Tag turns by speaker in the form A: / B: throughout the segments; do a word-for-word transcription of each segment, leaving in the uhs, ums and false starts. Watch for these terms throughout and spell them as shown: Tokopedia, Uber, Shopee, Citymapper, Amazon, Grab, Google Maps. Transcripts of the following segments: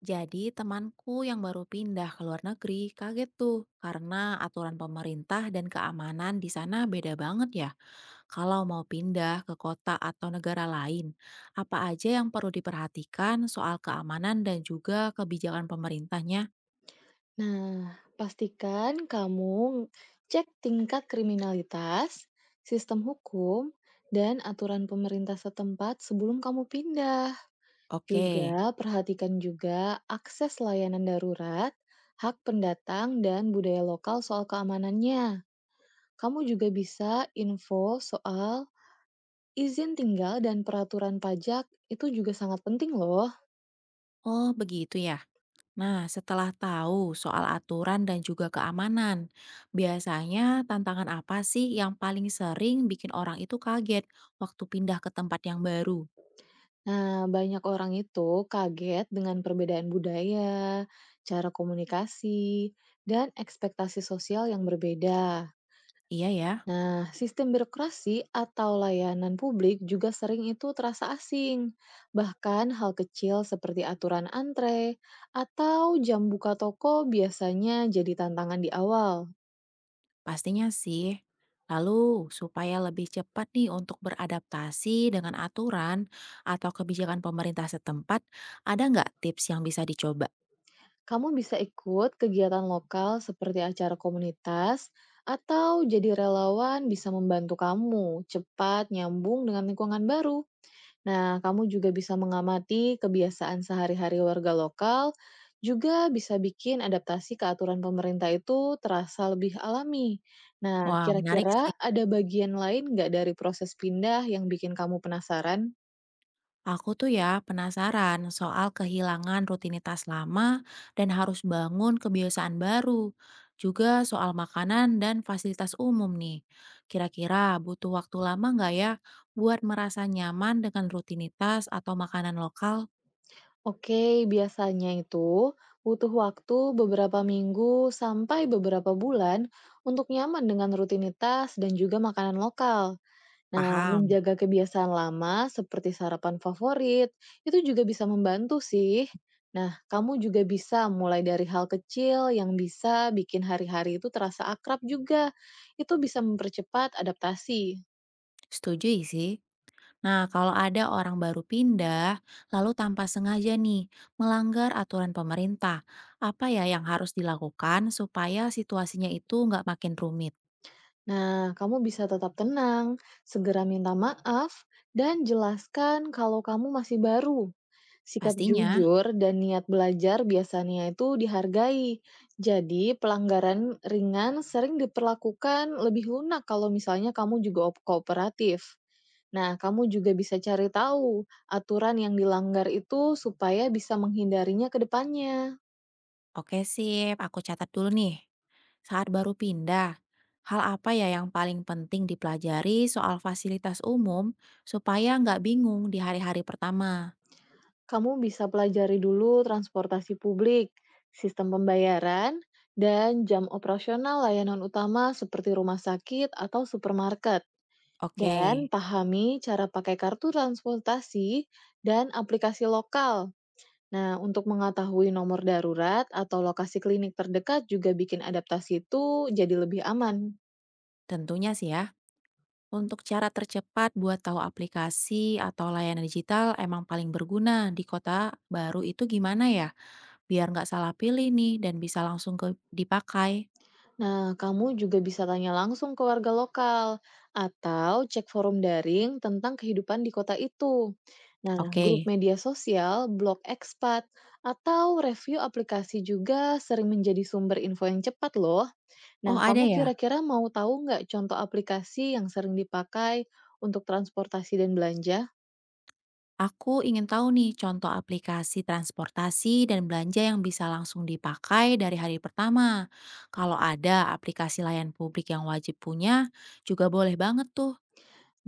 A: Jadi temanku yang baru pindah ke luar negeri kaget tuh karena aturan pemerintah dan keamanan di sana beda banget ya. Kalau mau pindah ke kota atau negara lain, apa aja yang perlu diperhatikan soal keamanan dan juga kebijakan pemerintahnya?
B: Nah, pastikan kamu cek tingkat kriminalitas, sistem hukum, dan aturan pemerintah setempat sebelum kamu pindah.
A: Oke.
B: Juga perhatikan juga akses layanan darurat, hak pendatang, dan budaya lokal soal keamanannya. Kamu juga bisa info soal izin tinggal dan peraturan pajak, itu juga sangat penting loh.
A: Oh, begitu ya. Nah, setelah tahu soal aturan dan juga keamanan, biasanya tantangan apa sih yang paling sering bikin orang itu kaget waktu pindah ke tempat yang baru?
B: Nah, banyak orang itu kaget dengan perbedaan budaya, cara komunikasi, dan ekspektasi sosial yang berbeda.
A: Iya ya.
B: Nah, sistem birokrasi atau layanan publik juga sering itu terasa asing. Bahkan hal kecil seperti aturan antre atau jam buka toko biasanya jadi tantangan di awal.
A: Pastinya sih. Lalu, supaya lebih cepat nih untuk beradaptasi dengan aturan atau kebijakan pemerintah setempat, ada nggak tips yang bisa dicoba?
B: Kamu bisa ikut kegiatan lokal seperti acara komunitas, atau jadi relawan bisa membantu kamu cepat nyambung dengan lingkungan baru. Nah, kamu juga bisa mengamati kebiasaan sehari-hari warga lokal, juga bisa bikin adaptasi ke aturan pemerintah itu terasa lebih alami. Nah,
A: Wah, menarik sih.
B: kira-kira ada bagian lain nggak dari proses pindah yang bikin kamu penasaran?
A: Aku tuh ya penasaran soal kehilangan rutinitas lama dan harus bangun kebiasaan baru. Juga soal makanan dan fasilitas umum nih. Kira-kira butuh waktu lama nggak ya buat merasa nyaman dengan rutinitas atau makanan lokal?
B: Oke, biasanya itu butuh waktu beberapa minggu sampai beberapa bulan untuk nyaman dengan rutinitas dan juga makanan lokal. Nah,
A: Paham.
B: menjaga kebiasaan lama seperti sarapan favorit itu juga bisa membantu sih. Nah, kamu juga bisa mulai dari hal kecil yang bisa bikin hari-hari itu terasa akrab juga. Itu bisa mempercepat adaptasi.
A: Setuju sih. Nah, kalau ada orang baru pindah, lalu tanpa sengaja nih melanggar aturan pemerintah, apa ya yang harus dilakukan supaya situasinya itu nggak makin rumit?
B: Nah, kamu bisa tetap tenang, segera minta maaf, dan jelaskan kalau kamu masih baru. Sikap
A: Pastinya,
B: jujur dan niat belajar biasanya itu dihargai. Jadi, pelanggaran ringan sering diperlakukan lebih lunak kalau misalnya kamu juga op- kooperatif. Nah, kamu juga bisa cari tahu aturan yang dilanggar itu supaya bisa menghindarinya ke depannya.
A: oke sip, aku catat dulu nih. Saat baru pindah, hal apa ya yang paling penting dipelajari soal fasilitas umum supaya nggak bingung di hari-hari pertama?
B: Kamu bisa pelajari dulu transportasi publik, sistem pembayaran, dan jam operasional layanan utama seperti rumah sakit atau supermarket.
A: Oke,
B: Dan pahami cara pakai kartu transportasi dan aplikasi lokal. Nah, untuk mengetahui nomor darurat atau lokasi klinik terdekat juga bikin adaptasi itu jadi lebih aman.
A: tentunya sih ya. Untuk cara tercepat buat tahu aplikasi atau layanan digital emang paling berguna di kota baru itu gimana ya? Biar nggak salah pilih nih dan bisa langsung ke dipakai.
B: Nah, kamu juga bisa tanya langsung ke warga lokal atau cek forum daring tentang kehidupan di kota itu. Nah, grup
A: Oke,
B: media sosial, blog ekspat, atau review aplikasi juga sering menjadi sumber info yang cepat loh. Nah,
A: oh ada
B: kamu
A: ya?
B: kira-kira mau tahu nggak contoh aplikasi yang sering dipakai untuk transportasi dan belanja?
A: Aku ingin tahu nih contoh aplikasi transportasi dan belanja yang bisa langsung dipakai dari hari pertama. Kalau ada aplikasi layan publik yang wajib punya, juga boleh banget tuh.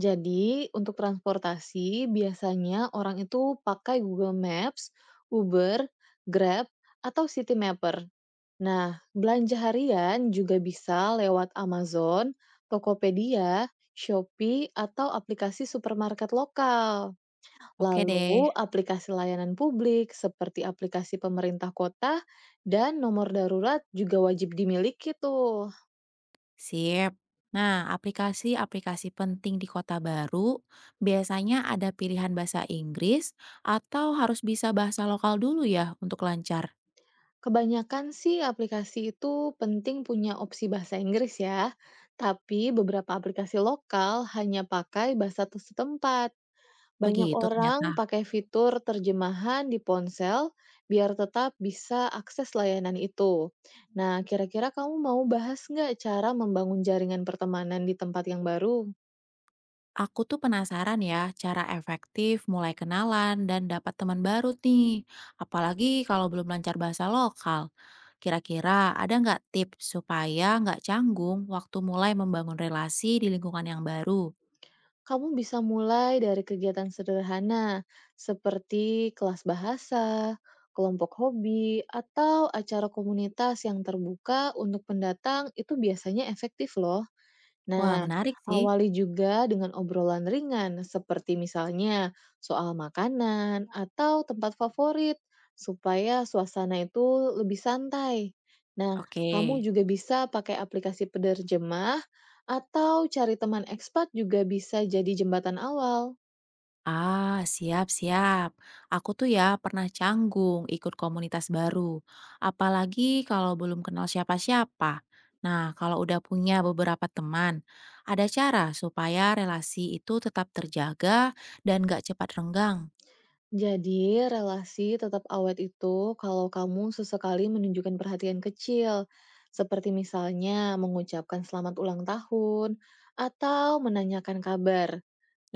B: Jadi, untuk transportasi, biasanya orang itu pakai Google Maps, Uber, Grab, atau Citymapper. Nah, belanja harian juga bisa lewat Amazon, Tokopedia, Shopee, atau aplikasi supermarket lokal.
A: Oke deh.
B: Lalu, aplikasi layanan publik seperti aplikasi pemerintah kota dan nomor darurat juga wajib dimiliki tuh.
A: Sip. Nah, aplikasi-aplikasi penting di kota baru biasanya ada pilihan bahasa Inggris atau harus bisa bahasa lokal dulu ya untuk lancar.
B: Kebanyakan sih aplikasi itu penting punya opsi bahasa Inggris ya, tapi beberapa aplikasi lokal hanya pakai bahasa setempat. Banyak
A: Begitu
B: orang
A: ternyata.
B: pakai fitur terjemahan di ponsel biar tetap bisa akses layanan itu. Nah, kira-kira kamu mau bahas nggak cara membangun jaringan pertemanan di tempat yang baru?
A: Aku tuh penasaran ya cara efektif mulai kenalan dan dapat teman baru nih. Apalagi kalau belum lancar bahasa lokal. Kira-kira ada nggak tips supaya nggak canggung waktu mulai membangun relasi di lingkungan yang baru?
B: Kamu bisa mulai dari kegiatan sederhana seperti kelas bahasa, kelompok hobi, atau acara komunitas yang terbuka untuk pendatang itu biasanya efektif loh.
A: Wah,
B: Nah,
A: menarik sih.
B: awali juga dengan obrolan ringan, seperti misalnya soal makanan atau tempat favorit, supaya suasana itu lebih santai. Nah,
A: Oke.
B: kamu juga bisa pakai aplikasi penerjemah atau cari teman ekspat juga bisa jadi jembatan awal.
A: Ah, siap, siap. Aku tuh ya pernah canggung ikut komunitas baru, apalagi kalau belum kenal siapa-siapa. Nah, kalau udah punya beberapa teman, ada cara supaya relasi itu tetap terjaga dan gak cepat renggang.
B: Jadi, relasi tetap awet itu kalau kamu sesekali menunjukkan perhatian kecil, seperti misalnya mengucapkan selamat ulang tahun atau menanyakan kabar.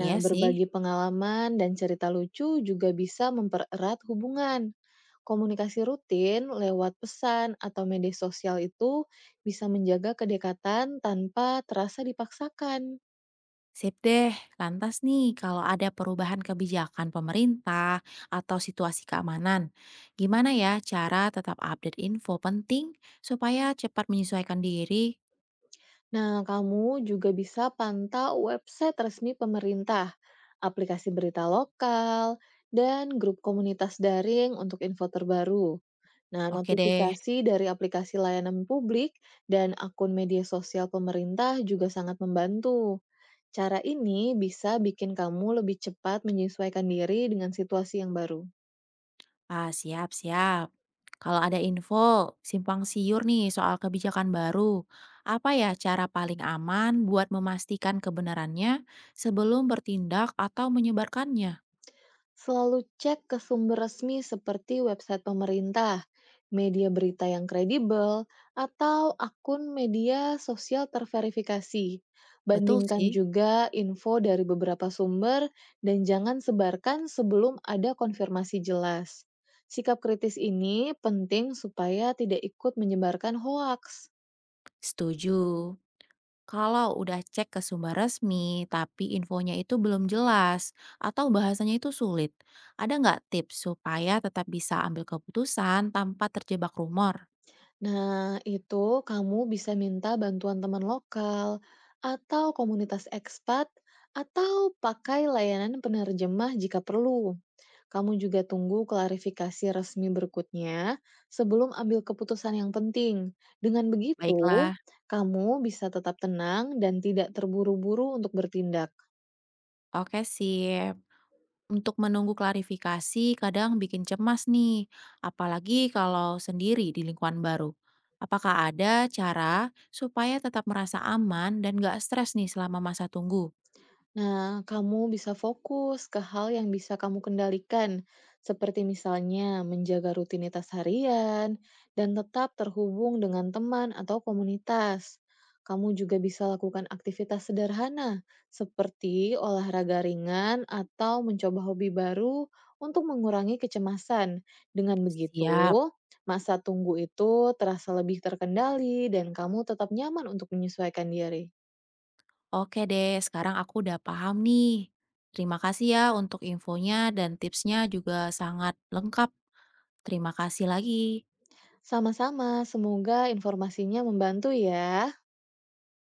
B: Nah,
A: sih.
B: berbagi pengalaman dan cerita lucu juga bisa mempererat hubungan. Komunikasi rutin lewat pesan atau media sosial itu bisa menjaga kedekatan tanpa terasa dipaksakan.
A: Sip deh, lantas nih kalau ada perubahan kebijakan pemerintah atau situasi keamanan, gimana ya cara tetap update info penting supaya cepat menyesuaikan diri?
B: Nah, kamu juga bisa pantau website resmi pemerintah, aplikasi berita lokal, dan grup komunitas daring untuk info terbaru. Nah,
A: Oke deh.
B: notifikasi dari aplikasi layanan publik dan akun media sosial pemerintah juga sangat membantu. Cara ini bisa bikin kamu lebih cepat menyesuaikan diri dengan situasi yang baru.
A: Ah, siap, siap. Kalau ada info simpang siur nih soal kebijakan baru, apa ya cara paling aman buat memastikan kebenarannya sebelum bertindak atau menyebarkannya?
B: Selalu cek ke sumber resmi seperti website pemerintah, media berita yang kredibel, atau akun media sosial terverifikasi.
A: Betul
B: Bandingkan
A: sih,
B: juga info dari beberapa sumber dan jangan sebarkan sebelum ada konfirmasi jelas. Sikap kritis ini penting supaya tidak ikut menyebarkan hoaks.
A: setuju. Kalau udah cek ke sumber resmi, tapi infonya itu belum jelas atau bahasanya itu sulit, ada nggak tips supaya tetap bisa ambil keputusan tanpa terjebak rumor?
B: Nah, itu kamu bisa minta bantuan teman lokal atau komunitas ekspat atau pakai layanan penerjemah jika perlu. Kamu juga tunggu klarifikasi resmi berikutnya sebelum ambil keputusan yang penting. Dengan begitu,
A: Baiklah,
B: kamu bisa tetap tenang dan tidak terburu-buru untuk bertindak.
A: oke sip. Untuk menunggu klarifikasi kadang bikin cemas nih, apalagi kalau sendiri di lingkungan baru. Apakah ada cara supaya tetap merasa aman dan gak stres nih selama masa tunggu?
B: Nah, kamu bisa fokus ke hal yang bisa kamu kendalikan, seperti misalnya menjaga rutinitas harian dan tetap terhubung dengan teman atau komunitas. Kamu juga bisa lakukan aktivitas sederhana, seperti olahraga ringan atau mencoba hobi baru untuk mengurangi kecemasan. Dengan
A: Siap.
B: begitu, masa tunggu itu terasa lebih terkendali dan kamu tetap nyaman untuk menyesuaikan diri.
A: Oke deh, sekarang aku udah paham nih. Terima kasih ya untuk infonya dan tipsnya juga sangat lengkap. Terima kasih lagi.
B: Sama-sama, semoga informasinya membantu ya.